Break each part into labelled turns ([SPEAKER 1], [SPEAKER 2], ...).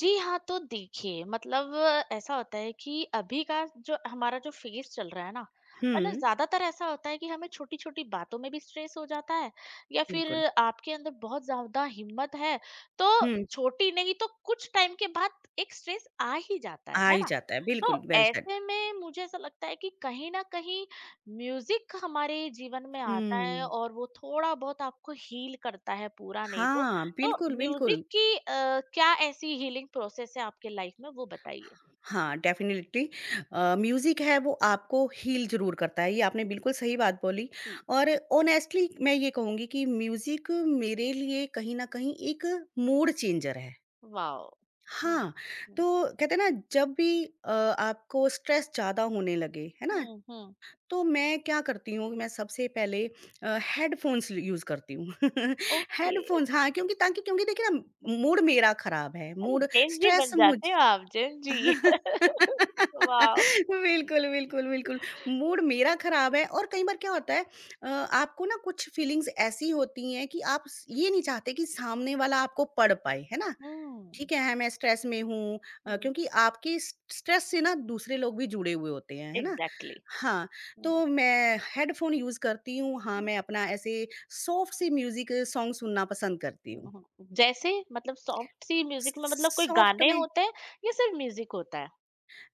[SPEAKER 1] जी हाँ, तो देखिए मतलब ऐसा होता है कि अभी का जो हमारा जो फेज़ चल रहा है ना, मतलब
[SPEAKER 2] हुँ,
[SPEAKER 1] ज़्यादातर ऐसा होता है कि हमें छोटी-छोटी बातों में भी स्ट्रेस हो जाता है या फिर
[SPEAKER 2] बिल्कुल।
[SPEAKER 1] आपके अंदर बहुत ज़्यादा हिम्मत है, तो
[SPEAKER 2] हुँ,
[SPEAKER 1] छोटी नहीं तो कुछ टाइम के बाद एक स्ट्रेस आ ही जाता
[SPEAKER 2] आ
[SPEAKER 1] है
[SPEAKER 2] ही
[SPEAKER 1] ना?
[SPEAKER 2] जाता है,
[SPEAKER 1] तो
[SPEAKER 2] बिल्कुल, वेल सेड।
[SPEAKER 1] ऐसे में मुझे ऐसा लगता है कि कहीं न कहीं म्यूज़िक हमारे जीवन में आता है
[SPEAKER 2] हुँ।
[SPEAKER 1] और वो थोड़ा बहुत आपको हील करता है, पूरा नहीं तो
[SPEAKER 2] हाँ,
[SPEAKER 1] तो
[SPEAKER 2] बिल्कुल,
[SPEAKER 1] म्यूजिक
[SPEAKER 2] बिल्कुल।
[SPEAKER 1] की क्या ऐसी हीलिंग प्रोसेस है आपके लाइफ में वो बताइए?
[SPEAKER 2] हाँ, डेफ़िनेटली म्यूज़िक है वो आपको हील ज़रूर करता है, ये आपने
[SPEAKER 1] हुँ,
[SPEAKER 2] बिल्कुल सही बात बोली
[SPEAKER 1] जी,
[SPEAKER 2] और ऑनेस्टली मैं ये कहूँगी कि म्यूज़िक मेरे लिए कहीं न कहीं एक मूड चेंजर है।
[SPEAKER 1] वाओ! हुँ,
[SPEAKER 2] हाँ,
[SPEAKER 1] हुँ,
[SPEAKER 2] तो कहते हैं ना जब भी आपको स्ट्रेस ज़्यादा होने लगे, है ना?
[SPEAKER 1] हुँ, हुँ,
[SPEAKER 2] तो मैं क्या करती हूँ, मैं सबसे पहले हेडफ़ोन्स ल यूज़ करती हूँ।
[SPEAKER 1] ओके।
[SPEAKER 2] हेडफ़ोन्स हाँ, क्योंकि देखिए ना, मूड मेरा ख़राब है,
[SPEAKER 1] अरे
[SPEAKER 2] मूड
[SPEAKER 1] जेन जी
[SPEAKER 2] स्ट्रेस
[SPEAKER 1] बन
[SPEAKER 2] मुझ
[SPEAKER 1] जाते हो आप, जेन जी। वाओ!
[SPEAKER 2] बिल्कुल। मूड मेरा ख़राब है और कई बार क्या होता है आपको ना कुछ फीलिंग्स ऐसी होती हैं कि आप स ये नहीं चाहते कि सामने वाला आपको पढ़ पाए, है ना?
[SPEAKER 1] हुँ,
[SPEAKER 2] ठीक है मैं स्ट्रेस में हूँ
[SPEAKER 1] हुँ,
[SPEAKER 2] क्योंकि आपके स स्ट्रेस से ना दूसरे लोग भी जुड़े हुए होते हैं, है ना?
[SPEAKER 1] एग्ज़ैक्टली।
[SPEAKER 2] हाँ,
[SPEAKER 1] हुँ,
[SPEAKER 2] तो मैं हेडफ़ोन यूज़ करती हूँ, हाँ,
[SPEAKER 1] हुँ,
[SPEAKER 2] मैं अपना ऐसे सॉफ्ट सी म्यूज़िक सॉन्ग सुनना पसंद करती
[SPEAKER 1] हुँ,
[SPEAKER 2] हूँ।
[SPEAKER 1] हुँ। जैसे मतलब सॉफ्ट सी
[SPEAKER 2] स
[SPEAKER 1] म्यूजिक में मतलब कोई
[SPEAKER 2] सॉफ्ट
[SPEAKER 1] गाने
[SPEAKER 2] में
[SPEAKER 1] होते हैं या सिर्फ म्यूजिक होता है?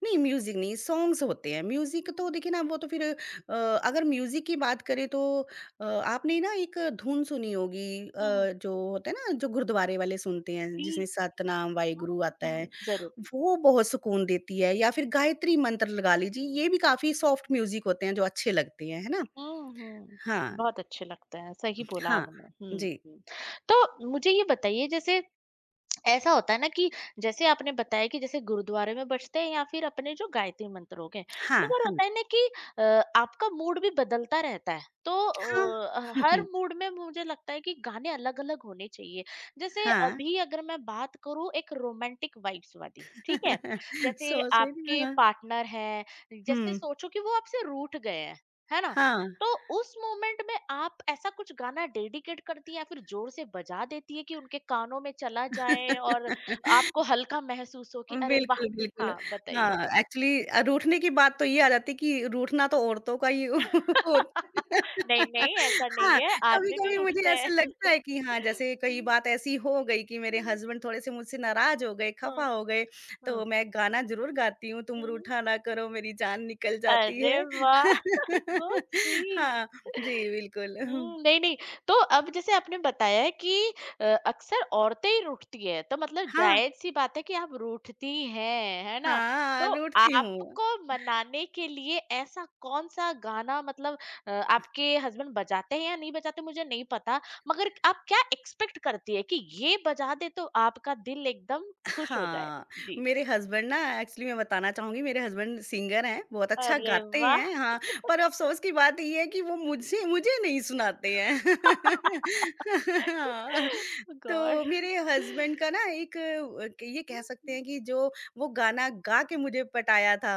[SPEAKER 2] नहीं म्यूज़िक नहीं, सॉन्ग्स होते हैं। म्यूज़िक तो
[SPEAKER 1] हुँ,
[SPEAKER 2] देखिए ना वो तो फिर अ, अगर म्यूज़िक की बात करें तो आपने ना एक धुन सुनी होगी
[SPEAKER 1] हुँ, हुँ,
[SPEAKER 2] जो होता है ना जो गुरुद्वारे वाले सुनते हैं
[SPEAKER 1] जी,
[SPEAKER 2] जिसमें सतनाम वाहेगुरु आता
[SPEAKER 1] हुँ,
[SPEAKER 2] है,
[SPEAKER 1] हुँ, ज़रूर।
[SPEAKER 2] वो बहुत सुकून देती है या फिर गायत्री मंत्र लगा लीजिए, ये भी काफ़ी सॉफ्ट म्यूज़िक होते हैं जो अच्छे लगते हैं, है ना?
[SPEAKER 1] हुँ, हुँ।
[SPEAKER 2] हाँ,
[SPEAKER 1] बहुत अच्छे लगते हैं, सही बोला
[SPEAKER 2] हाँ,
[SPEAKER 1] आपने। हुँ,
[SPEAKER 2] जी।
[SPEAKER 1] हुँ। तो मुझे ये बताइए, जैसे ऐसा होता है ना कि जैसे आपने बताया कि जैसे गुरुद्वारे में बजते हैं या फिर अपने जो गायत्री मंत्र हो गए।
[SPEAKER 2] हाँ,
[SPEAKER 1] मगर
[SPEAKER 2] हाँ,
[SPEAKER 1] होता है ना कि अ, आपका मूड भी बदलता रहता है। तो
[SPEAKER 2] हाँ।
[SPEAKER 1] हर मूड में मुझे लगता है कि गाने अलग-अलग होने चाहिए। जैसे
[SPEAKER 2] हाँ।
[SPEAKER 1] अभी अगर मैं बात करूँ एक रोमांटिक वाइब्स वाली, ठीक है? जैसे
[SPEAKER 2] सोच रही थी
[SPEAKER 1] आपके
[SPEAKER 2] हाँ।
[SPEAKER 1] पार्टनर हैं, जैसे
[SPEAKER 2] हुँ,
[SPEAKER 1] सोचो कि वो आपसे रूठ गए हैं, है ना?
[SPEAKER 2] हाँ।
[SPEAKER 1] तो उस मोमेंट में आप ऐसा कुछ गाना डेडिकेट करती है या फिर जोर से बजा देती है कि उनके कानों में चला जाए और आपको हल्का महसूस हो कि अरे वाह।
[SPEAKER 2] बिल्कुल, बिल्कुल।
[SPEAKER 1] हाँ, बताइए।
[SPEAKER 2] हाँ, एक्चुअली रूठने की बात तो ये आ जाती है कि रूठना तो औरतों का ही होता है।
[SPEAKER 1] नहीं नहीं, ऐसा
[SPEAKER 2] हाँ,
[SPEAKER 1] नहीं है, आदमी
[SPEAKER 2] कभी-कभी
[SPEAKER 1] भी
[SPEAKER 2] मुझे
[SPEAKER 1] उठते हैं।
[SPEAKER 2] ऐसा लगता है कि हाँ, जैसे कई
[SPEAKER 1] हम्म,
[SPEAKER 2] बात ऐसी हो गई कि मेरे
[SPEAKER 1] हम्म,
[SPEAKER 2] हस्बैंड थोड़े-से मुझसे नाराज़ हो गए, खफ़ा
[SPEAKER 1] हम्म,
[SPEAKER 2] हो गए,
[SPEAKER 1] हम्म,
[SPEAKER 2] तो मैं गाना ज़रूर गाती हूँ, तुम
[SPEAKER 1] हम्म।
[SPEAKER 2] रूठा ना करो मेरी जान निकल जाती
[SPEAKER 1] अरे
[SPEAKER 2] है।
[SPEAKER 1] वाह! So sweet.
[SPEAKER 2] हाँ, जी, बिल्कुल।
[SPEAKER 1] हुँ, नहीं, नहीं। तो अब जैसे आपने बताया है कि अक्सर औरतें ही रूठती हैं, तो मतलब
[SPEAKER 2] हाँ,
[SPEAKER 1] जायज़-सी बात है कि आप रूठती हैं, है ना?
[SPEAKER 2] हाँ,
[SPEAKER 1] तो
[SPEAKER 2] रूठती हूँ।
[SPEAKER 1] आपको मनाने के लिए ऐसा कौन-सा गाना मतलब आपके हस्बैंड बजाते हैं या नहीं बजाते मुझे नहीं पता, मगर आप क्या एक्सपेक्ट करती हैं कि ये बजा दें तो आपका दिल एकदम खुश हो जाए?
[SPEAKER 2] हाँ,
[SPEAKER 1] जी।
[SPEAKER 2] मेरे हस्बैंड ना एक्चुअली मैं बताना चाहूँगी मेरे हस्बैंड सिंगर हैं, बहुत अच्छा
[SPEAKER 1] अरे
[SPEAKER 2] गाते
[SPEAKER 1] वाह!
[SPEAKER 2] हैं हाँ, पर अफ़सोस की बात ये है कि वो मुझसे मुझे नहीं सुनाते हैं। हाँ, तो मेरे हस्बैंड का ना एक ये कह सकते
[SPEAKER 1] गॉड।
[SPEAKER 2] हैं कि जो वो गाना गा के मुझे पटाया था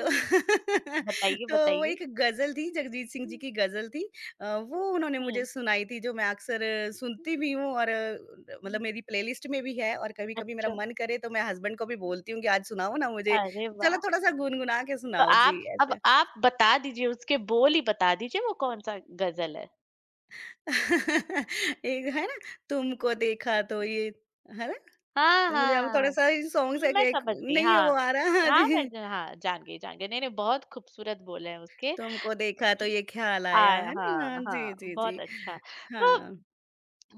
[SPEAKER 2] तो
[SPEAKER 1] बताइए,
[SPEAKER 2] तो वो
[SPEAKER 1] बताइए।
[SPEAKER 2] एक गज़ल थी, जगजीत सिंह
[SPEAKER 1] हुँ,
[SPEAKER 2] जी की गज़ल थी। वो उन्होंने मुझे
[SPEAKER 1] हुँ,
[SPEAKER 2] सुनाई थी, जो मैं अक्सर
[SPEAKER 1] हुँ।
[SPEAKER 2] सुनती भी हूँ और मतलब
[SPEAKER 1] हुँ।
[SPEAKER 2] मेरी प्लेलिस्ट में भी है और कभी-कभी मेरा
[SPEAKER 1] अच्छा,
[SPEAKER 2] मन करे तो मैं हस्बैंड को भी बोलती हूँ कि आज सुनाओ ना मुझे,
[SPEAKER 1] अरे
[SPEAKER 2] चलो
[SPEAKER 1] वाह!
[SPEAKER 2] थोड़ा-सा गुनगुना के
[SPEAKER 1] तो
[SPEAKER 2] सुनाओ। जी,
[SPEAKER 1] आप अब
[SPEAKER 2] ऐसे।
[SPEAKER 1] आप बता दीजिए, उसके बोल ही बता दीजिए वो कौन-सा गज़ल है?
[SPEAKER 2] एक है ना, तुमको देखा तो ये है ना?
[SPEAKER 1] हाँ,
[SPEAKER 2] तो मुझे अब
[SPEAKER 1] हाँ,
[SPEAKER 2] थोड़ा-सा ये सॉन्ग्स है कि
[SPEAKER 1] मैं
[SPEAKER 2] एक
[SPEAKER 1] समझ गई,
[SPEAKER 2] नहीं है वो
[SPEAKER 1] हाँ।
[SPEAKER 2] आ रहा हाँ
[SPEAKER 1] हाँ, मैं
[SPEAKER 2] जी।
[SPEAKER 1] ज हाँ, जान गई, जान गई। नहीं-नहीं, बहुत खूबसूरत बोल हैं उसके।
[SPEAKER 2] तुमको देखा तो
[SPEAKER 1] जी,
[SPEAKER 2] ये ख्याल आया,
[SPEAKER 1] आया।
[SPEAKER 2] है ना? हाँ,
[SPEAKER 1] हाँ,
[SPEAKER 2] जी,
[SPEAKER 1] हाँ,
[SPEAKER 2] जी,
[SPEAKER 1] बहुत
[SPEAKER 2] जी।
[SPEAKER 1] अच्छा।
[SPEAKER 2] हाँ।
[SPEAKER 1] तो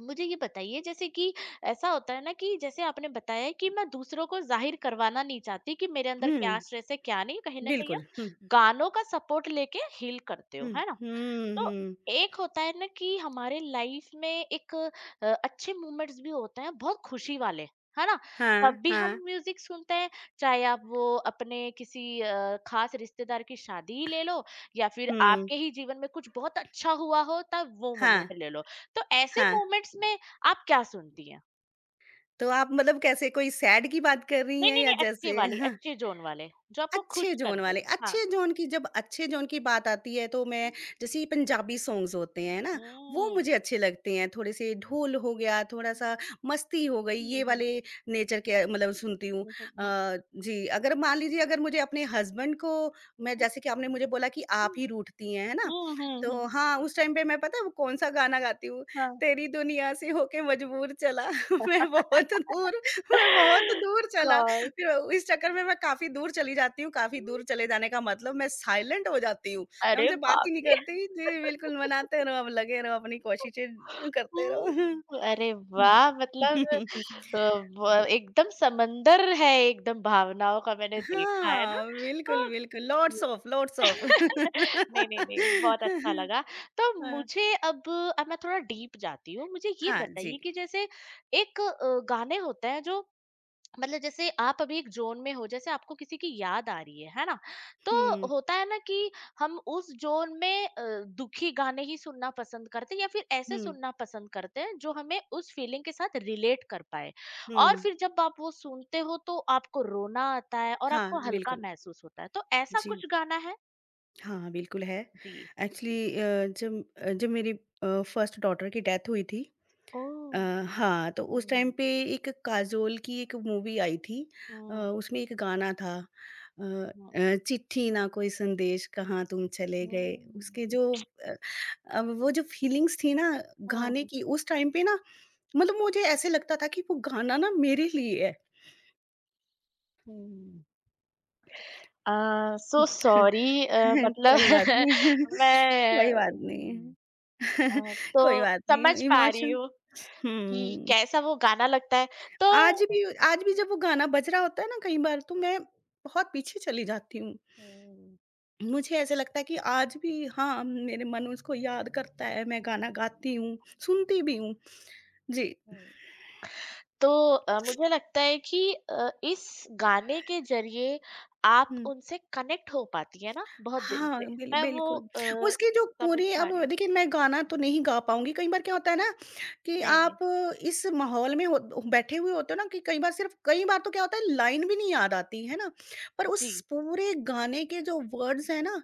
[SPEAKER 1] मुझे ये बताइए जैसे कि ऐसा होता है ना कि जैसे आपने बताया कि मैं दूसरों को ज़ाहिर करवाना नहीं चाहती कि मेरे अंदर क्या
[SPEAKER 2] हुँ।
[SPEAKER 1] स्ट्रेस है, क्या नहीं। कहीं न कहीं आप
[SPEAKER 2] बिल्कुल। हुँ,
[SPEAKER 1] गानों का सपोर्ट लेके हील करते हो,
[SPEAKER 2] हुँ,
[SPEAKER 1] है ना?
[SPEAKER 2] हुँ,
[SPEAKER 1] तो
[SPEAKER 2] हुँ।
[SPEAKER 1] एक होता है ना कि हमारे लाइफ में एक अच्छे मोमेंट्स भी होते हैं, बहुत खुशी वाले, है ना?
[SPEAKER 2] हाँ,
[SPEAKER 1] तब भी हम
[SPEAKER 2] हाँ,
[SPEAKER 1] म्यूजिक सुनते हैं, चाहे आप वो अपने किसी खास रिश्तेदार की शादी ही ले लो या फिर
[SPEAKER 2] हुँ,
[SPEAKER 1] आपके ही जीवन में कुछ बहुत अच्छा हुआ हो तब वो
[SPEAKER 2] हाँ,
[SPEAKER 1] मोमेंट ले लो। तो ऐसे
[SPEAKER 2] हाँ।
[SPEAKER 1] मोमेंट्स में आप क्या सुनती हैं?
[SPEAKER 2] तो आप मतलब कैसे कोई सैड की बात कर रही
[SPEAKER 1] नहीं
[SPEAKER 2] हैं
[SPEAKER 1] नहीं
[SPEAKER 2] या
[SPEAKER 1] नहीं, अच्छे वाली,
[SPEAKER 2] जैसे?
[SPEAKER 1] अच्छे जोन वाले, जो आपको
[SPEAKER 2] अच्छे
[SPEAKER 1] खुश कर
[SPEAKER 2] जोन
[SPEAKER 1] दे।
[SPEAKER 2] वाले,
[SPEAKER 1] हाँ।
[SPEAKER 2] अच्छे जोन की बात आती है तो मैं जैसे ये पंजाबी सॉन्ग्स होते हैं ना, वो
[SPEAKER 1] हम्म,
[SPEAKER 2] मुझे अच्छे लगते हैं। थोड़े-से ढोल हो गया, थोड़ा-सा मस्ती हो गई,
[SPEAKER 1] हम्म,
[SPEAKER 2] ये वाले
[SPEAKER 1] हम्म,
[SPEAKER 2] नेचर के मतलब सुनती हूँ।
[SPEAKER 1] हम्म, हम्म, हम्म,
[SPEAKER 2] अ, जी, अगर मान लीजिए अगर मुझे अपने हस्बैंड को मैं जैसे कि आपने मुझे बोला कि आप ही रूठती हैं, है ना?
[SPEAKER 1] हम्म,
[SPEAKER 2] तो हाँ, उस टाइम पे मैं पता है वो कौन-सा गाना गाती हूँ,
[SPEAKER 1] हाँ।
[SPEAKER 2] तेरी दुनिया से होके मजबूर चला मैं बहुत दूर मैं बहुत दूर चला।
[SPEAKER 1] गॉड!
[SPEAKER 2] फिर इस चक्कर में मैं काफ़ी दूर चली जाती हूँ, काफ़ी दूर चले जाने का मतलब मैं साइलेंट हो जाती हूँ। मैं
[SPEAKER 1] अरे
[SPEAKER 2] उनसे बात
[SPEAKER 1] बाप
[SPEAKER 2] ही नहीं
[SPEAKER 1] रे!
[SPEAKER 2] करती, जी बिल्कुल मनाते रहो, अब लगे रहो, अपनी
[SPEAKER 1] हुँ,
[SPEAKER 2] कोशिशें करते रहो।
[SPEAKER 1] अरे वाह! मतलब
[SPEAKER 2] हुँ।
[SPEAKER 1] अ, व एकदम समंदर है, एकदम भावनाओं का, मैंने देखा है ना।
[SPEAKER 2] हाँ, बिल्कुल,
[SPEAKER 1] तो
[SPEAKER 2] बिल्कुल, लॉट्स ऑफ लॉट्स ऑफ।
[SPEAKER 1] नहीं, नहीं, नहीं, बहुत अच्छा लगा। तो
[SPEAKER 2] हाँ,
[SPEAKER 1] मुझे अब मैं थोड़ा डीप जाती हूँ, मुझे ये
[SPEAKER 2] हाँ जी।
[SPEAKER 1] बताइए कि जैसे एक गाने होते हैं जो मतलब जैसे आप अभी एक जोन में हो, जैसे आपको किसी की याद आ रही है ना? तो
[SPEAKER 2] हुँ,
[SPEAKER 1] होता है ना कि हम उस जोन में दुखी गाने ही सुनना पसंद करते हैं या फिर ऐसे
[SPEAKER 2] हुँ,
[SPEAKER 1] सुनना पसंद करते हैं जो हमें उस फीलिंग के साथ रिलेट कर पाए।
[SPEAKER 2] हुँ।
[SPEAKER 1] और फिर जब आप वो सुनते हो तो आपको रोना आता है और
[SPEAKER 2] हाँ,
[SPEAKER 1] आपको हल्का
[SPEAKER 2] बिल्कुल।
[SPEAKER 1] महसूस होता है, तो ऐसा
[SPEAKER 2] जी,
[SPEAKER 1] कुछ गाना है?
[SPEAKER 2] हाँ, बिल्कुल है।
[SPEAKER 1] जी।
[SPEAKER 2] एक्चुअली जब मेरी फर्स्ट डॉटर की डेथ हुई थी
[SPEAKER 1] ओ।
[SPEAKER 2] अ, हाँ, तो उस टाइम
[SPEAKER 1] हम्म,
[SPEAKER 2] पे एक काज़ोल की एक मूवी आई थी
[SPEAKER 1] हम्म,
[SPEAKER 2] उसमें एक गाना था अ
[SPEAKER 1] हम्म,
[SPEAKER 2] चिट्ठी ना कोई संदेश कहाँ तुम चले गए, उसके
[SPEAKER 1] हम्म,
[SPEAKER 2] जो अ वो जो फीलिंग्स थी ना गाने
[SPEAKER 1] हम्म,
[SPEAKER 2] की उस टाइम पे ना मतलब मुझे ऐसे लगता था कि वो गाना ना मेरे लिए है।
[SPEAKER 1] हम्म। अ, सो सॉरी, मतलब
[SPEAKER 2] कोई बात नहीं,
[SPEAKER 1] मैं,
[SPEAKER 2] कोई बात नहीं।
[SPEAKER 1] हुँ,
[SPEAKER 2] कोई
[SPEAKER 1] तो
[SPEAKER 2] बात नहीं,
[SPEAKER 1] समझ पा रही
[SPEAKER 2] इमोशन
[SPEAKER 1] हूँ कि
[SPEAKER 2] हुँ।
[SPEAKER 1] कैसा वो गाना लगता है। तो
[SPEAKER 2] आज भी आज भी जब वो गाना बज रहा होता है ना कई बार तो मैं बहुत पीछे चली जाती हूँ।
[SPEAKER 1] हुँ,
[SPEAKER 2] मुझे ऐसा लगता है कि आज भी हाँ, मेरे मन उसको याद करता है, मैं गाना गाती हूँ, सुनती भी हूँ। जी।
[SPEAKER 1] हुँ, तो मुझे लगता है कि इस गाने के ज़रिए आप
[SPEAKER 2] हुँ।
[SPEAKER 1] उनसे कनेक्ट हो पाती हैं ना, बहुत दिल
[SPEAKER 2] हाँ,
[SPEAKER 1] से। मैं वो
[SPEAKER 2] बिल्कुल। उसकी जो
[SPEAKER 1] समझ
[SPEAKER 2] पूरी
[SPEAKER 1] पा
[SPEAKER 2] अब
[SPEAKER 1] रही हूँ।
[SPEAKER 2] देखिए मैं गाना तो
[SPEAKER 1] हुँ,
[SPEAKER 2] नहीं गा पाऊँगी, कई बार क्या होता है ना कि
[SPEAKER 1] नहीं, नहीं।
[SPEAKER 2] आप इस माहौल में हो बैठे हुए होते हो ना कि कई बार सिर्फ़ कई बार तो क्या होता है लाइन भी नहीं याद आती, है ना? पर
[SPEAKER 1] जी।
[SPEAKER 2] उस पूरे गाने के जो वर्ड्स हैं ना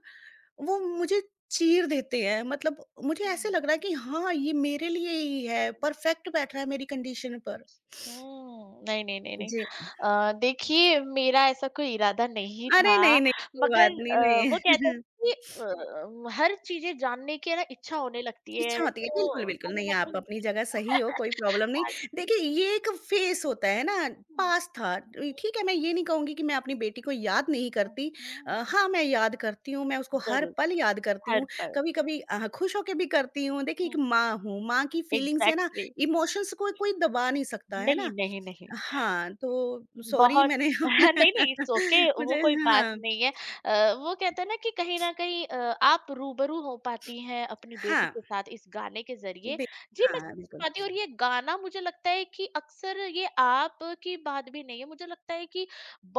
[SPEAKER 2] वो मुझे चीर देते हैं मतलब मुझे
[SPEAKER 1] हुँ,
[SPEAKER 2] ऐसे
[SPEAKER 1] हुँ।
[SPEAKER 2] लग रहा है कि हाँ ये मेरे लिए ही है परफेक्ट बैठ रहा है मेरी कंडीशन पर
[SPEAKER 1] हुँ, नहीं, नहीं, नहीं, नहीं।
[SPEAKER 2] जी
[SPEAKER 1] देखिए, मेरा ऐसा कोई इरादा नहीं
[SPEAKER 2] अरे
[SPEAKER 1] था,
[SPEAKER 2] नहीं नहीं कोई
[SPEAKER 1] मगर
[SPEAKER 2] बात नहीं नहीं
[SPEAKER 1] वो कहते हैं कि हर चीज़ें जानने की ना इच्छा होने लगती है,
[SPEAKER 2] इच्छा होती है,
[SPEAKER 1] तो
[SPEAKER 2] बिल्कुल, बिल्कुल।
[SPEAKER 1] कहीं
[SPEAKER 2] नहीं,
[SPEAKER 1] न
[SPEAKER 2] आप
[SPEAKER 1] कहीं।
[SPEAKER 2] अपनी जगह सही हो, कोई प्रॉब्लम नहीं।
[SPEAKER 1] हाँ जी।
[SPEAKER 2] देखिए, ये एक फ़ेस होता है ना,
[SPEAKER 1] हुँ,
[SPEAKER 2] पास था। ठीक है, मैं ये नहीं कहूँगी कि मैं अपनी बेटी को याद नहीं
[SPEAKER 1] हुँ,
[SPEAKER 2] करती।
[SPEAKER 1] हुँ,
[SPEAKER 2] हाँ, मैं याद करती हूँ, मैं उसको हर
[SPEAKER 1] ज़रूर,
[SPEAKER 2] पल याद करती
[SPEAKER 1] हर
[SPEAKER 2] हूँ।
[SPEAKER 1] पल।
[SPEAKER 2] कभी-कभी खुश होके भी करती हूँ। देखिए, एक
[SPEAKER 1] हुँ,
[SPEAKER 2] माँ हूँ, माँ की फीलिंग्स है ना,
[SPEAKER 1] एग्ज़ैक्टली।
[SPEAKER 2] इमोशंस को कोई दबा नहीं सकता, है
[SPEAKER 1] नहीं,
[SPEAKER 2] ना?
[SPEAKER 1] नहीं, नहीं।
[SPEAKER 2] हाँ, तो सॉरी
[SPEAKER 1] बहुत
[SPEAKER 2] मैंने
[SPEAKER 1] नहीं, नहीं,
[SPEAKER 2] अपने
[SPEAKER 1] इट्स ओके, वो
[SPEAKER 2] मुझे
[SPEAKER 1] कोई बात
[SPEAKER 2] हाँ,
[SPEAKER 1] नहीं है। वो कहते हैं ना कि कहीं न कहीं आप रूबरू हो पाती हैं अपनी बेटी
[SPEAKER 2] हाँ,
[SPEAKER 1] के साथ इस गाने के ज़रिए।
[SPEAKER 2] बि
[SPEAKER 1] जी, मैं
[SPEAKER 2] हाँ,
[SPEAKER 1] समझ
[SPEAKER 2] बिल्कुल।
[SPEAKER 1] पाती हूँ, और ये गाना मुझे लगता है कि अक्सर ये आप की बात भी नहीं है, मुझे लगता है कि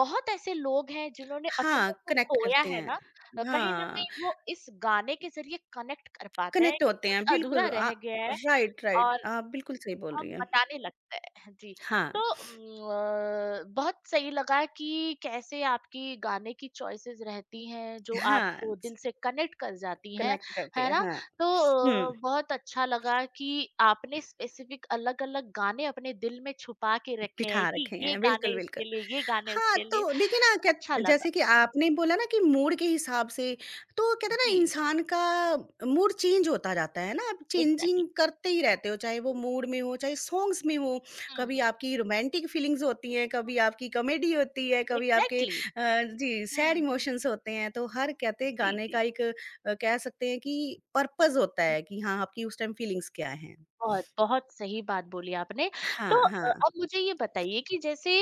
[SPEAKER 1] बहुत ऐसे लोग हैं जिन्होंने
[SPEAKER 2] हाँ,
[SPEAKER 1] अपनों को
[SPEAKER 2] कनेक्ट
[SPEAKER 1] खोया
[SPEAKER 2] करते
[SPEAKER 1] है
[SPEAKER 2] हैं।
[SPEAKER 1] ना, कहीं न
[SPEAKER 2] हाँ।
[SPEAKER 1] कहीं वो इस गाने के ज़रिए कनेक्ट कर पाते हैं,
[SPEAKER 2] कनेक्ट होते हैं,
[SPEAKER 1] कुछ
[SPEAKER 2] बिल्कुल
[SPEAKER 1] अधूरा रह गया है
[SPEAKER 2] राइट, राइट।
[SPEAKER 1] और
[SPEAKER 2] आप बिल्कुल सही बोल
[SPEAKER 1] हम
[SPEAKER 2] रही हैं।
[SPEAKER 1] बताने लगते हैं जी।
[SPEAKER 2] हाँ,
[SPEAKER 1] तो बहुत सही लगा कि कैसे आपकी गाने की चॉइसेस रहती हैं जो
[SPEAKER 2] हाँ,
[SPEAKER 1] आपको दिल से कनेक्ट कर जाती हैं,
[SPEAKER 2] कनेक्ट करती
[SPEAKER 1] है
[SPEAKER 2] है,
[SPEAKER 1] ना?
[SPEAKER 2] हाँ।
[SPEAKER 1] तो
[SPEAKER 2] हुँ।
[SPEAKER 1] बहुत अच्छा लगा कि आपने स्पेसिफिक अलग अलग गाने अपने दिल में छुपा के रखे
[SPEAKER 2] बिठा
[SPEAKER 1] हैं कि
[SPEAKER 2] रखे
[SPEAKER 1] ये
[SPEAKER 2] हैं, बिल्कुल,
[SPEAKER 1] गाने
[SPEAKER 2] बिल्कुल।
[SPEAKER 1] इसके लिए, ये गाने
[SPEAKER 2] हाँ,
[SPEAKER 1] उसके लिए।
[SPEAKER 2] तो देखिए ना क्या
[SPEAKER 1] अच्छा लगा।
[SPEAKER 2] जैसे कि
[SPEAKER 1] हम्म,
[SPEAKER 2] आपने बोला ना कि मूड के हिसाब से तो कहते हैं ना
[SPEAKER 1] जी,
[SPEAKER 2] इंसान का मूड चेंज होता जाता है ना, आप
[SPEAKER 1] एग्जैक्टली।
[SPEAKER 2] चेंजिंग करते ही रहते हो, चाहे वो मूड में हो, चाहे सॉन्ग्स में हो,
[SPEAKER 1] हम्म,
[SPEAKER 2] कभी आपकी रोमांटिक फीलिंग्स होती हैं, कभी आपकी कॉमेडी होती है, कभी आपके
[SPEAKER 1] एग्जैक्टली।
[SPEAKER 2] जी सैड
[SPEAKER 1] हम्म, हम्म,
[SPEAKER 2] इमोशंस होते हैं, तो हर कहते हैं
[SPEAKER 1] जी,
[SPEAKER 2] गाने
[SPEAKER 1] जी,
[SPEAKER 2] का
[SPEAKER 1] जी,
[SPEAKER 2] एक कह सकते हैं कि पर्पज़ होता है कि हाँ, आपकी उस टाइम फीलिंग्स क्या हैं?
[SPEAKER 1] बहुत, बहुत सही बात बोली आपने। तो
[SPEAKER 2] हाँ, हाँ।
[SPEAKER 1] अब मुझे ये बताइए कि जैसे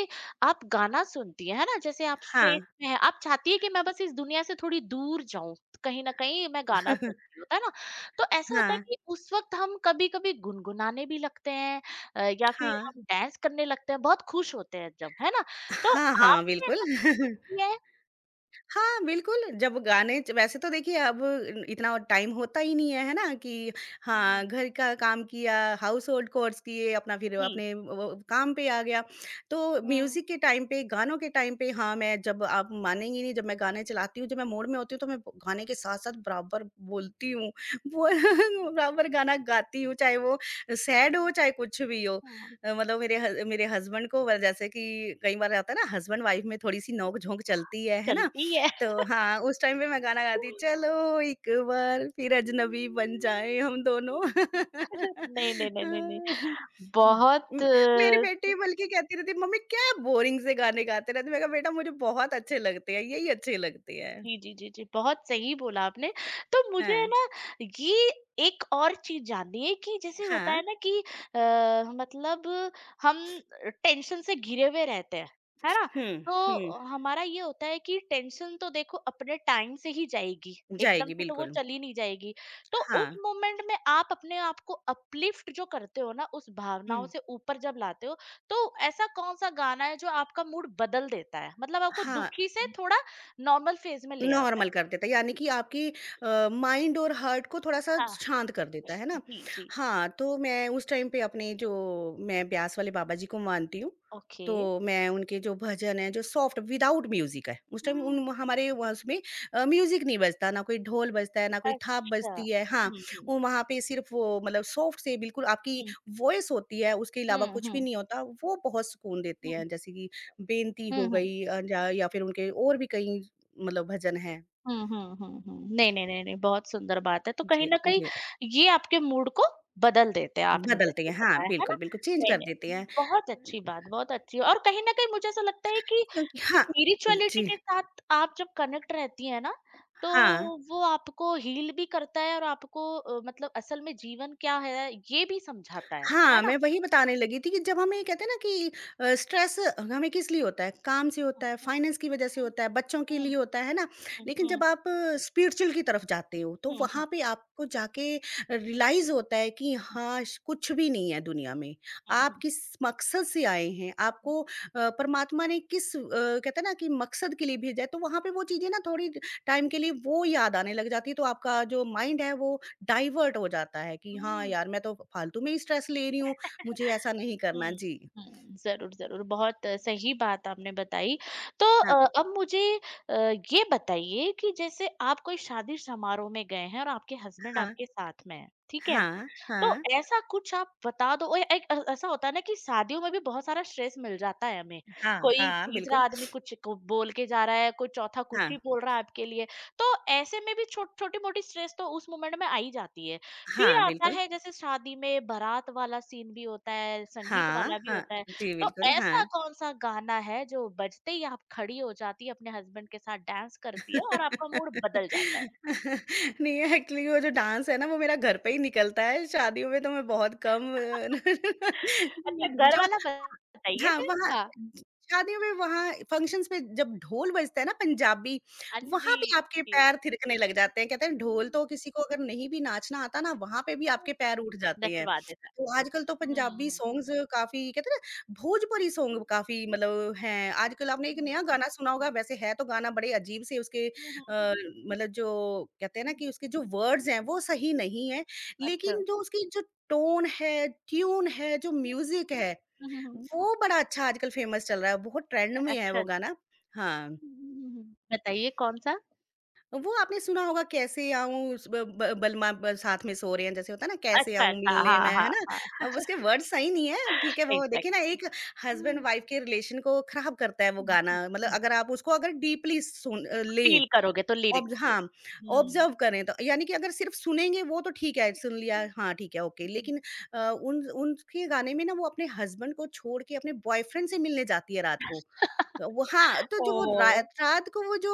[SPEAKER 1] आप गाना सुनती हैं, है ना? जैसे आप
[SPEAKER 2] हाँ।
[SPEAKER 1] स्ट्रेस में हैं, आप चाहती हैं कि मैं बस इस दुनिया से थोड़ी दूर जाऊँ, कहीं न कहीं मैं गाना सुनती हूँ, होता है ना? तो ऐसा होता है
[SPEAKER 2] हाँ,
[SPEAKER 1] कि उस वक़्त हम कभी-कभी गुनगुनाने भी लगते हैं, या फिर
[SPEAKER 2] हाँ।
[SPEAKER 1] हम डांस करने लगते हैं, बहुत खुश होते हैं जब, है ना? तो
[SPEAKER 2] हाँ, हाँ,
[SPEAKER 1] आपने
[SPEAKER 2] बिल्कुल।
[SPEAKER 1] ऐसा कभी कुछ किया है?
[SPEAKER 2] हाँ, बिल्कुल, जब गाने च वैसे तो देखिए अब इतना टाइम होता ही नहीं है, है ना? कि
[SPEAKER 1] हुँ,
[SPEAKER 2] हाँ,
[SPEAKER 1] हुँ।
[SPEAKER 2] घर का काम किया, हाउसहोल्ड कोर्स किए, अपना फिर
[SPEAKER 1] जी।
[SPEAKER 2] अपने व व काम पे आ गया। तो
[SPEAKER 1] हुँ,
[SPEAKER 2] म्यूज़िक के टाइम पे, गानों के टाइम पे हाँ, मैं जब आप मानेंगी नहीं, जब मैं गाने चलाती हूँ, जब मैं मूड में होती हूँ, तो मैं ब गाने के साथ-साथ बराबर बोलती हूँ। वो बराबर गाना गाती हूँ, चाहे वो सैड हो, चाहे कुछ भी हो।
[SPEAKER 1] हुँ।
[SPEAKER 2] मतलब मेरे हस्बैंड को व जैसे कि कई बार आता है ना, हस्बैंड-वाइफ में थोड़ी-सी नोक-झोंक चलती है ना?
[SPEAKER 1] चलती है।
[SPEAKER 2] तो हाँ, उस टाइम पे मैं गाना गाती चलो एक बार फिर अजनबी बन जाएँ हम दोनों।
[SPEAKER 1] नहीं, नहीं, नहीं, नहीं, नहीं।
[SPEAKER 2] हुँ,
[SPEAKER 1] बहुत
[SPEAKER 2] उम, मेरी बेटी बल्कि कहती रहती है मम्मी क्या बोरिंग से गाने गाते रहते हो। मैंने कहा बेटा मुझे बहुत अच्छे लगते हैं, यही अच्छे लगते हैं।
[SPEAKER 1] जी, जी, जी, जी, बहुत सही बोला आपने। तो मुझे है
[SPEAKER 2] हाँ,
[SPEAKER 1] ना ये एक और चीज़ जाननी है कि जैसे होता
[SPEAKER 2] हाँ।
[SPEAKER 1] है ना कि मतलब हम टेंशन से घिरे हुए रहते हैं, है ना?
[SPEAKER 2] हुँ, हुँ।
[SPEAKER 1] तो हमारा ये होता है कि टेंशन तो देखो अपने टाइम से ही जाएगी, एकदम
[SPEAKER 2] जाएगी
[SPEAKER 1] से तो वो
[SPEAKER 2] बिल्कुल।
[SPEAKER 1] चली नहीं जाएगी। तो उस
[SPEAKER 2] हाँ,
[SPEAKER 1] मोमेंट में आप अपने आप को अपलिफ्ट जो करते हो ना, उस
[SPEAKER 2] हुँ।
[SPEAKER 1] भावनाओं से ऊपर जब लाते हो, तो ऐसा कौन-सा गाना है जो आपका मूड बदल देता है? मतलब आपको
[SPEAKER 2] हाँ।
[SPEAKER 1] दुखी से थोड़ा नॉर्मल फेज में ले आता
[SPEAKER 2] नॉर्मल
[SPEAKER 1] है।
[SPEAKER 2] कर देता है, यानी
[SPEAKER 1] जी,
[SPEAKER 2] कि आपकी माइंड और हार्ट को थोड़ा-सा
[SPEAKER 1] हाँ।
[SPEAKER 2] शांत कर देता है ना।
[SPEAKER 1] जी, जी।
[SPEAKER 2] हाँ, तो मैं उस टाइम पे अपने जो मैं ब्यास वाले बाबा जी को मानती हूँ,
[SPEAKER 1] ओके।
[SPEAKER 2] तो मैं उनके जो भजन हैं, जो सॉफ्ट विदाउट म्यूज़िक है, उस टाइम
[SPEAKER 1] हुँ,
[SPEAKER 2] उन हमारे वहाँ उसमें म्यूज़िक नहीं बजता, ना कोई ढोल बजता है, ना कोई थाप
[SPEAKER 1] अच्छा।
[SPEAKER 2] बजती है। हाँ,
[SPEAKER 1] हुँ, हुँ,
[SPEAKER 2] वो वहाँ पे सिर्फ़ वो मतलब सॉफ्ट से बिल्कुल आपकी
[SPEAKER 1] हुँ।
[SPEAKER 2] वॉइस होती है, उसके अलावा
[SPEAKER 1] हुँ, हुँ,
[SPEAKER 2] कुछ भी
[SPEAKER 1] हुँ।
[SPEAKER 2] नहीं होता, वो बहुत सुकून देते हैं। जैसे कि बेंती
[SPEAKER 1] हुँ,
[SPEAKER 2] हो
[SPEAKER 1] हुँ।
[SPEAKER 2] गई जा या फिर उनके और भी कई मतलब भजन है।
[SPEAKER 1] हुँ, हुँ, हुँ, हुँ। नहीं, नहीं, नहीं, नहीं, बहुत सुंदर बात है। तो कहीं
[SPEAKER 2] जी,
[SPEAKER 1] न कहीं
[SPEAKER 2] जी,
[SPEAKER 1] ये आपके मूड को बदल देते हैं, आपने
[SPEAKER 2] बदलते
[SPEAKER 1] जैसे
[SPEAKER 2] हैं। हाँ,
[SPEAKER 1] बताया, है ना?
[SPEAKER 2] बिल्कुल, बिल्कुल चेंज
[SPEAKER 1] नहीं,
[SPEAKER 2] कर देते हैं।
[SPEAKER 1] नहीं, बहुत अच्छी बात, बहुत अच्छी, और कहीं न कहीं मुझे ऐसा लगता है कि
[SPEAKER 2] क्योंकि हाँ,
[SPEAKER 1] स्पिरिचुअलिटी
[SPEAKER 2] जी,
[SPEAKER 1] के साथ आप जब कनेक्ट रहती हैं ना, तो
[SPEAKER 2] हाँ।
[SPEAKER 1] वो आपको हील भी करता है और आपको मतलब असल में जीवन क्या है, ये भी समझाता है
[SPEAKER 2] हाँ,
[SPEAKER 1] ना?
[SPEAKER 2] मैं वही बताने लगी थी कि जब हमें ये कहते हैं ना कि स्ट्रेस हमें किस लिए होता है, काम से होता है,
[SPEAKER 1] हुँ,
[SPEAKER 2] फाइनेंस की वजह से होता है, बच्चों के
[SPEAKER 1] हुँ,
[SPEAKER 2] लिए होता है ना?
[SPEAKER 1] हुँ,
[SPEAKER 2] लेकिन
[SPEAKER 1] हुँ,
[SPEAKER 2] जब आप स्पिरिचुअल की तरफ जाते हो, तो
[SPEAKER 1] हुँ,
[SPEAKER 2] वहाँ
[SPEAKER 1] हुँ,
[SPEAKER 2] पे आपको जाके
[SPEAKER 1] हुँ, हुँ,
[SPEAKER 2] रियलाइज़ होता है कि हाँ, श कुछ भी नहीं है दुनिया में।
[SPEAKER 1] हुँ, हुँ,
[SPEAKER 2] आप
[SPEAKER 1] हुँ,
[SPEAKER 2] किस मकसद से आए हैं, आपको परमात्मा ने किस कहते हैं ना कि मकसद के लिए भेजा है, तो वहाँ पे वो चीज़ें ना थोड़ी टाइम के लिए वो याद आने लग जाती है, तो आपका जो माइंड है वो डाइवर्ट हो जाता है कि हाँ
[SPEAKER 1] हुँ,
[SPEAKER 2] यार मैं तो फालतू में ही स्ट्रेस ले रही हूँ, मुझे ऐसा नहीं करना।
[SPEAKER 1] हुँ,
[SPEAKER 2] जी।
[SPEAKER 1] हुँ, ज़रूर, ज़रूर, बहुत सही बात आपने बताई। तो
[SPEAKER 2] हाँ,
[SPEAKER 1] अब मुझे अ, ये बताइए कि जैसे आप कोई शादी समारोह में गए हैं और आपके हस्बैंड
[SPEAKER 2] हाँ,
[SPEAKER 1] आपके साथ में हैं, ठीक है?
[SPEAKER 2] हाँ,
[SPEAKER 1] तो
[SPEAKER 2] हाँ,
[SPEAKER 1] ऐसा कुछ आप बता दो, और एक ऐसा होता है ना कि शादियों में भी बहुत सारा स्ट्रेस मिल जाता है हमें।
[SPEAKER 2] हाँ,
[SPEAKER 1] कोई
[SPEAKER 2] हाँ,
[SPEAKER 1] तीसरा
[SPEAKER 2] बिल्कुल।
[SPEAKER 1] आदमी कुछ को बोल के जा रहा है, कोई चौथा
[SPEAKER 2] हाँ,
[SPEAKER 1] कुछ ही बोल रहा है आपके लिए। तो ऐसे में भी छो छोटी-मोटी स्ट्रेस तो उस मोमेंट में आ ही जाती है। फिर
[SPEAKER 2] हाँ,
[SPEAKER 1] आता
[SPEAKER 2] बिल्कुल।
[SPEAKER 1] है जैसे शादी में बारात वाला सीन भी होता है, संगीत
[SPEAKER 2] हाँ,
[SPEAKER 1] वाला भी
[SPEAKER 2] हाँ।
[SPEAKER 1] होता है।
[SPEAKER 2] जी,
[SPEAKER 1] तो
[SPEAKER 2] बिल्कुल, हाँ।
[SPEAKER 1] ऐसा कौन-सा गाना है जो बजते ही आप खड़ी हो जाती है, अपने हस्बैंड के साथ डांस करती है और आपका मूड बदल जाता है?
[SPEAKER 2] नहीं एक्चुअली वो जो डांस है ना वो मेरा घर पे ही निकलता है, शादियों में तो मैं बहुत कम
[SPEAKER 1] अच्छा, घर
[SPEAKER 2] जो
[SPEAKER 1] वाला बताइए
[SPEAKER 2] हाँ,
[SPEAKER 1] फिर?
[SPEAKER 2] वहाँ
[SPEAKER 1] हाँ।
[SPEAKER 2] शादियों में वहाँ फंक्शंस में जब ढोल बजता है ना पंजाबी,
[SPEAKER 1] हाँ जी।
[SPEAKER 2] वहाँ पे आपके पैर थिरकने लग जाते हैं। कहते हैं ढोल
[SPEAKER 1] हम्म,
[SPEAKER 2] तो किसी को अगर नहीं भी नाचना आता ना वहाँ पे भी आपके पैर उठ जाते हैं।
[SPEAKER 1] नचवा देता है।
[SPEAKER 2] तो आजकल तो
[SPEAKER 1] हुँ,
[SPEAKER 2] पंजाबी
[SPEAKER 1] हुँ।
[SPEAKER 2] सॉन्ग्स काफ़ी कहते हैं ना भोजपुरी सॉन्ग काफ़ी मतलब हैं। आजकल आपने एक नया गाना सुना होगा वैसे है तो गाना बड़े अजीब से उसके अ,
[SPEAKER 1] अच्छा।
[SPEAKER 2] मतलब जो कहते हैं ना कि उसके जो वर्ड्स हैं वो सही नहीं है,
[SPEAKER 1] अच्छा।
[SPEAKER 2] लेकिन जो उसकी जो टोन है, ट्यून है, जो
[SPEAKER 1] जी।
[SPEAKER 2] म्यूज़िक है,
[SPEAKER 1] हम्म,
[SPEAKER 2] वो बड़ा अच्छा आजकल फेमस चल रहा है, बहुत ट्रेंड में है वो गाना। हाँ,
[SPEAKER 1] बताइए कौन-सा?
[SPEAKER 2] वो आपने सुना होगा कैसे आऊँ स ब ब बलमा ब साथ में सो रहे हैं जैसे होता है ना कैसे
[SPEAKER 1] अच्छा,
[SPEAKER 2] आऊँ
[SPEAKER 1] अच्छा।
[SPEAKER 2] मिलने
[SPEAKER 1] हाँ,
[SPEAKER 2] में, है
[SPEAKER 1] हाँ,
[SPEAKER 2] ना?
[SPEAKER 1] हाँ।
[SPEAKER 2] अब उसके वर्ड्स सही नहीं है, ठीक है वो देखिए ना
[SPEAKER 1] एग्ज़ैक्टली।
[SPEAKER 2] एक हस्बैंड वाइफ के रिलेशन को खराब करता है वो गाना, मतलब अगर आप उसको अगर डीपली सुन लें।
[SPEAKER 1] फ़ील करोगे तो लिरिक्स
[SPEAKER 2] ऑब्ज
[SPEAKER 1] को।
[SPEAKER 2] हाँ,
[SPEAKER 1] हुँ।
[SPEAKER 2] ऑब्ज़र्व करें तो यानी कि अगर सिर्फ़ सुनेंगे वो तो ठीक है, सुन लिया हाँ, ठीक है, ओके लेकिन उन उनके गाने में ना वो अपने हस्बैंड को छोड़ के अपने बॉयफ्रेंड से मिलने जाती है रात को। वो हाँ, तो जो वो
[SPEAKER 1] ओह!
[SPEAKER 2] रात रात को वो जो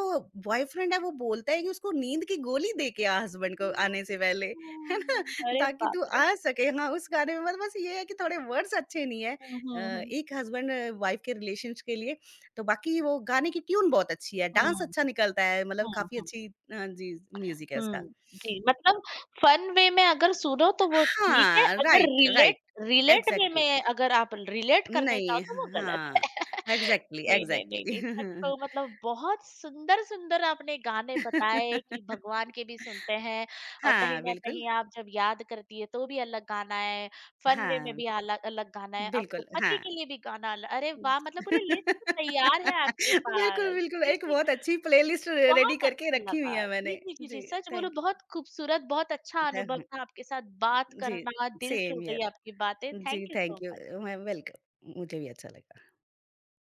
[SPEAKER 2] बॉयफ्रेंड है वो बोलता है कि उसको नींद की गोली दे के आ हस्बैंड को आने से पहले, है ना?
[SPEAKER 1] अरे
[SPEAKER 2] ताकि
[SPEAKER 1] बाप
[SPEAKER 2] तू आ
[SPEAKER 1] रे!
[SPEAKER 2] सके हाँ, उस गाने में बस बस ये है कि थोड़े वर्ड्स अच्छे नहीं है।
[SPEAKER 1] हुँ, हुँ, हुँ।
[SPEAKER 2] एक हस्बैंड वाइफ़ के रिलेशन्स के लिए तो बाकी वो गाने की ट्यून बहुत अच्छी है, डांस
[SPEAKER 1] हुँ,
[SPEAKER 2] अच्छा निकलता है, मतलब
[SPEAKER 1] हुँ,
[SPEAKER 2] काफ़ी
[SPEAKER 1] हुँ।
[SPEAKER 2] अच्छी जी, म्यूज़िक है उसका।
[SPEAKER 1] हुँ, जी, मतलब फन वे में अगर सुनो तो वो ठीक है,
[SPEAKER 2] हाँ,
[SPEAKER 1] अगर
[SPEAKER 2] राइट, राइट।
[SPEAKER 1] रिलेट रिलेट वे
[SPEAKER 2] एग्ज़ैक्टली।
[SPEAKER 1] में अगर आप रिलेट करने चाहो
[SPEAKER 2] नहीं,
[SPEAKER 1] तो वो गलत है।
[SPEAKER 2] हाँ। एग्ज़ैक्टली,
[SPEAKER 1] नहीं, नहीं, नहीं, नहीं, सच
[SPEAKER 2] एग्ज़ैक्टली।
[SPEAKER 1] कहूँ मतलब बहुत सुंदर-सुंदर आपने गाने बताए कि भगवान के भी सुनते हैं, और कहीं
[SPEAKER 2] हाँ,
[SPEAKER 1] न
[SPEAKER 2] बिल्कुल।
[SPEAKER 1] कहीं आप जब याद करती है तो भी अलग गाना है, फन वे में
[SPEAKER 2] हाँ,
[SPEAKER 1] भी अलग अलग गाना है, आपके
[SPEAKER 2] बिल्कुल, हाँ।
[SPEAKER 1] पति के लिए भी गाना अल अरे वाह! मतलब पूरी लिस्ट तैयार है आपके
[SPEAKER 2] बिल्कुल,
[SPEAKER 1] पास।
[SPEAKER 2] बिल्कुल,
[SPEAKER 1] जी,
[SPEAKER 2] एक
[SPEAKER 1] जी।
[SPEAKER 2] बहुत अच्छी प्लेलिस्ट रे रेडी
[SPEAKER 1] बहुत
[SPEAKER 2] करके
[SPEAKER 1] अच्छा
[SPEAKER 2] रखी
[SPEAKER 1] लगा।
[SPEAKER 2] हुई है
[SPEAKER 1] जी,
[SPEAKER 2] मैंने।
[SPEAKER 1] जी, जी, जी,
[SPEAKER 2] जी,
[SPEAKER 1] सच बोलूँ
[SPEAKER 2] थैंक यू।
[SPEAKER 1] बहुत खूबसूरत, बहुत अच्छा अनुभव
[SPEAKER 2] हाँ,
[SPEAKER 1] था आपके साथ बात
[SPEAKER 2] जी,
[SPEAKER 1] करना, दिल
[SPEAKER 2] सेम
[SPEAKER 1] छू गई
[SPEAKER 2] हियर।
[SPEAKER 1] आपकी बातें।
[SPEAKER 2] जी,
[SPEAKER 1] thank you so
[SPEAKER 2] thank you.
[SPEAKER 1] Much.
[SPEAKER 2] मैं वेलकम। मुझे भी अच्छा लगा।